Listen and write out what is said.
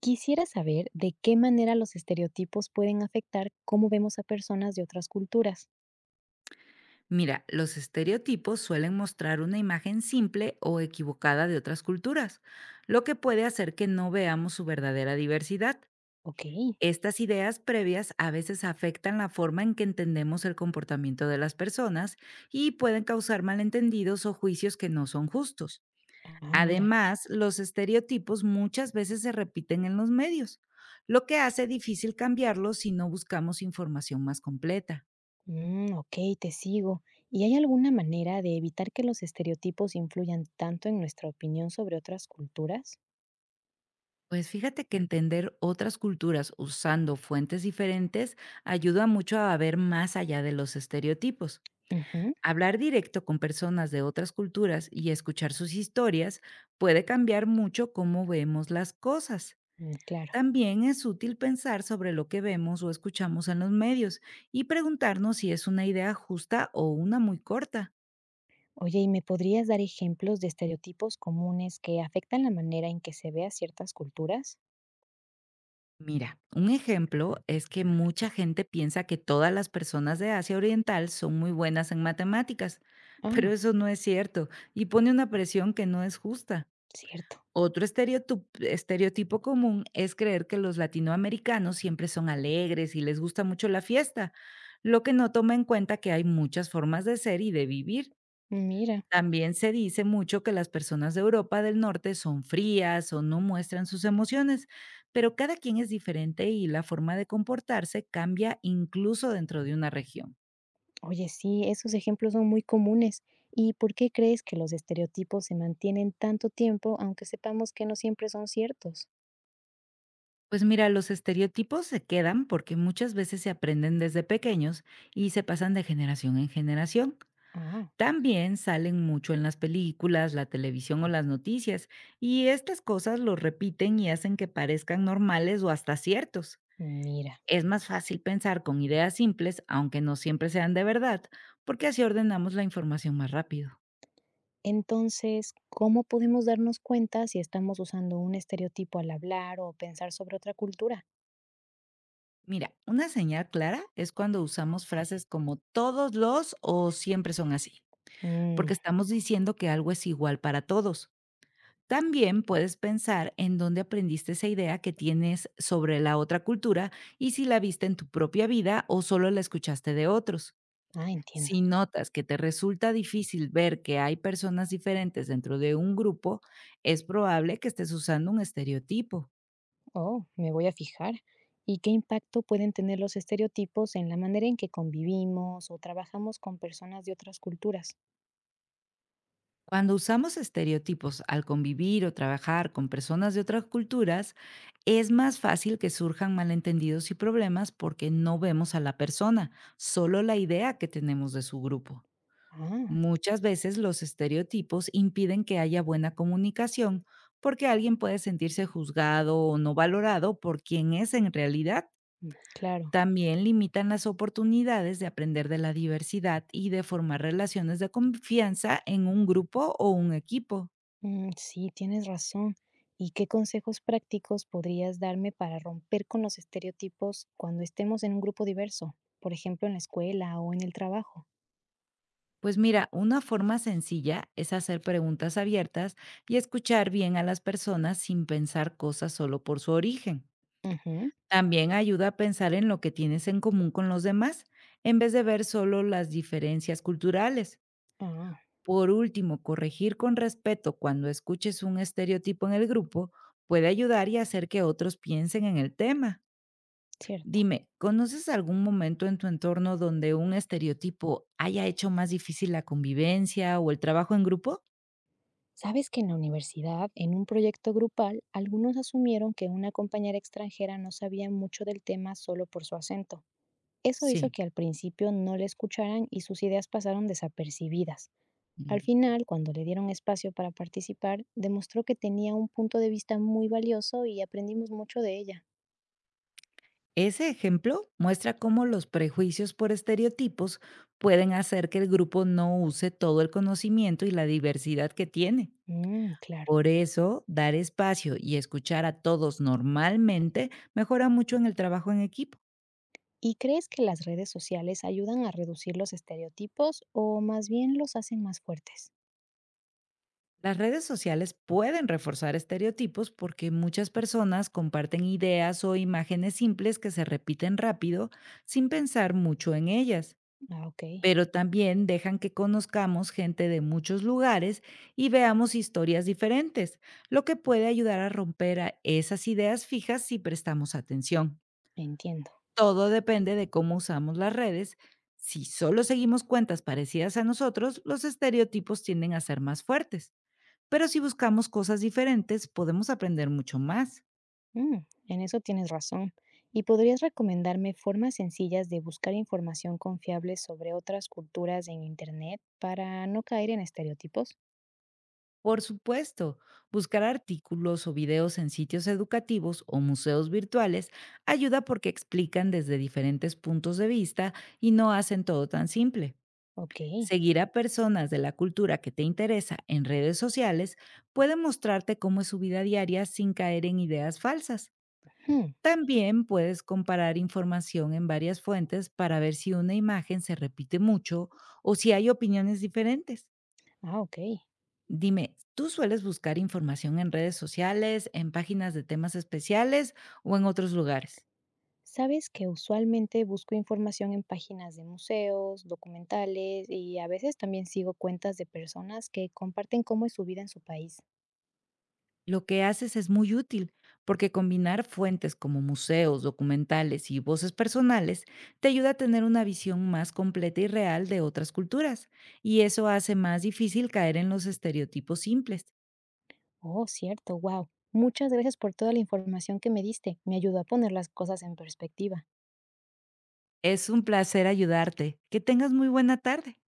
Quisiera saber de qué manera los estereotipos pueden afectar cómo vemos a personas de otras culturas. Mira, los estereotipos suelen mostrar una imagen simple o equivocada de otras culturas, lo que puede hacer que no veamos su verdadera diversidad. Ok. Estas ideas previas a veces afectan la forma en que entendemos el comportamiento de las personas y pueden causar malentendidos o juicios que no son justos. Ah, mira. Además, los estereotipos muchas veces se repiten en los medios, lo que hace difícil cambiarlos si no buscamos información más completa. Mm, ok, te sigo. ¿Y hay alguna manera de evitar que los estereotipos influyan tanto en nuestra opinión sobre otras culturas? Pues fíjate que entender otras culturas usando fuentes diferentes ayuda mucho a ver más allá de los estereotipos. Ujú. Hablar directo con personas de otras culturas y escuchar sus historias puede cambiar mucho cómo vemos las cosas. Mm, claro. También es útil pensar sobre lo que vemos o escuchamos en los medios y preguntarnos si es una idea justa o una muy corta. Oye, ¿y me podrías dar ejemplos de estereotipos comunes que afectan la manera en que se ve a ciertas culturas? Mira, un ejemplo es que mucha gente piensa que todas las personas de Asia Oriental son muy buenas en matemáticas, pero Ah, eso no es cierto y pone una presión que no es justa. cierto. Otro estereotipo común es creer que los latinoamericanos siempre son alegres y les gusta mucho la fiesta, lo que no toma en cuenta que hay muchas formas de ser y de vivir. Mira. También se dice mucho que las personas de Europa del Norte son frías o no muestran sus emociones, pero cada quien es diferente y la forma de comportarse cambia incluso dentro de una región. Oye, sí, esos ejemplos son muy comunes. ¿Y por qué crees que los estereotipos se mantienen tanto tiempo, aunque sepamos que no siempre son ciertos? Pues mira, los estereotipos se quedan porque muchas veces se aprenden desde pequeños y se pasan de generación en generación. Ah. También salen mucho en las películas, la televisión o las noticias, y estas cosas los repiten y hacen que parezcan normales o hasta ciertos. Mira, Es más fácil pensar con ideas simples, aunque no siempre sean de verdad, porque así ordenamos la información más rápido. entonces, ¿cómo podemos darnos cuenta si estamos usando un estereotipo al hablar o pensar sobre otra cultura? Mira, una señal clara es cuando usamos frases como todos los o siempre son así, porque Mm. estamos diciendo que algo es igual para todos. También puedes pensar en dónde aprendiste esa idea que tienes sobre la otra cultura y si la viste en tu propia vida o solo la escuchaste de otros. Ah, entiendo. Si notas que te resulta difícil ver que hay personas diferentes dentro de un grupo, es probable que estés usando un estereotipo. Oh, me voy a fijar. ¿Y qué impacto pueden tener los estereotipos en la manera en que convivimos o trabajamos con personas de otras culturas? Cuando usamos estereotipos al convivir o trabajar con personas de otras culturas, es más fácil que surjan malentendidos y problemas porque no vemos a la persona, solo la idea que tenemos de su grupo. Ah. Muchas veces los estereotipos impiden que haya buena comunicación porque alguien puede sentirse juzgado o no valorado por quien es en realidad. Mm, claro. También limitan las oportunidades de aprender de la diversidad y de formar relaciones de confianza en un grupo o un equipo. Mm, sí, tienes razón. ¿Y qué consejos prácticos podrías darme para romper con los estereotipos cuando estemos en un grupo diverso? Por ejemplo, en la escuela o en el trabajo. Pues mira, una forma sencilla es hacer preguntas abiertas y escuchar bien a las personas sin pensar cosas solo por su origen. Ujú. También ayuda a pensar en lo que tienes en común con los demás, en vez de ver solo las diferencias culturales. Ah, Por último, corregir con respeto cuando escuches un estereotipo en el grupo puede ayudar y hacer que otros piensen en el tema. cierto. Dime, ¿conoces algún momento en tu entorno donde un estereotipo haya hecho más difícil la convivencia o el trabajo en grupo? Sabes que en la universidad, en un proyecto grupal, algunos asumieron que una compañera extranjera no sabía mucho del tema solo por su acento. Eso hizo Sí. que al principio no la escucharan y sus ideas pasaron desapercibidas. Al Mm. final, cuando le dieron espacio para participar, demostró que tenía un punto de vista muy valioso y aprendimos mucho de ella. Ese ejemplo muestra cómo los prejuicios por estereotipos pueden hacer que el grupo no use todo el conocimiento y la diversidad que tiene. Mm, claro. Por eso, dar espacio y escuchar a todos normalmente mejora mucho en el trabajo en equipo. ¿Y crees que las redes sociales ayudan a reducir los estereotipos o más bien los hacen más fuertes? Las redes sociales pueden reforzar estereotipos porque muchas personas comparten ideas o imágenes simples que se repiten rápido sin pensar mucho en ellas, Ah, ok, pero también dejan que conozcamos gente de muchos lugares y veamos historias diferentes, lo que puede ayudar a romper a esas ideas fijas si prestamos atención. entiendo. Todo depende de cómo usamos las redes. Si solo seguimos cuentas parecidas a nosotros, los estereotipos tienden a ser más fuertes. Pero si buscamos cosas diferentes, podemos aprender mucho más. Mm, en eso tienes razón. ¿Y podrías recomendarme formas sencillas de buscar información confiable sobre otras culturas en Internet para no caer en estereotipos? Por supuesto, buscar artículos o videos en sitios educativos o museos virtuales ayuda porque explican desde diferentes puntos de vista y no hacen todo tan simple. Ok. Seguir a personas de la cultura que te interesa en redes sociales puede mostrarte cómo es su vida diaria sin caer en ideas falsas. Hmm. También puedes comparar información en varias fuentes para ver si una imagen se repite mucho o si hay opiniones diferentes. Ah, ok. Dime, ¿tú sueles buscar información en redes sociales, en páginas de temas especiales o en otros lugares? Sabes que usualmente busco información en páginas de museos, documentales y a veces también sigo cuentas de personas que comparten cómo es su vida en su país. Lo que haces es muy útil, porque combinar fuentes como museos, documentales y voces personales te ayuda a tener una visión más completa y real de otras culturas, y eso hace más difícil caer en los estereotipos simples. Oh, cierto, wow. Muchas gracias por toda la información que me diste. Me ayudó a poner las cosas en perspectiva. Es un placer ayudarte. Que tengas muy buena tarde.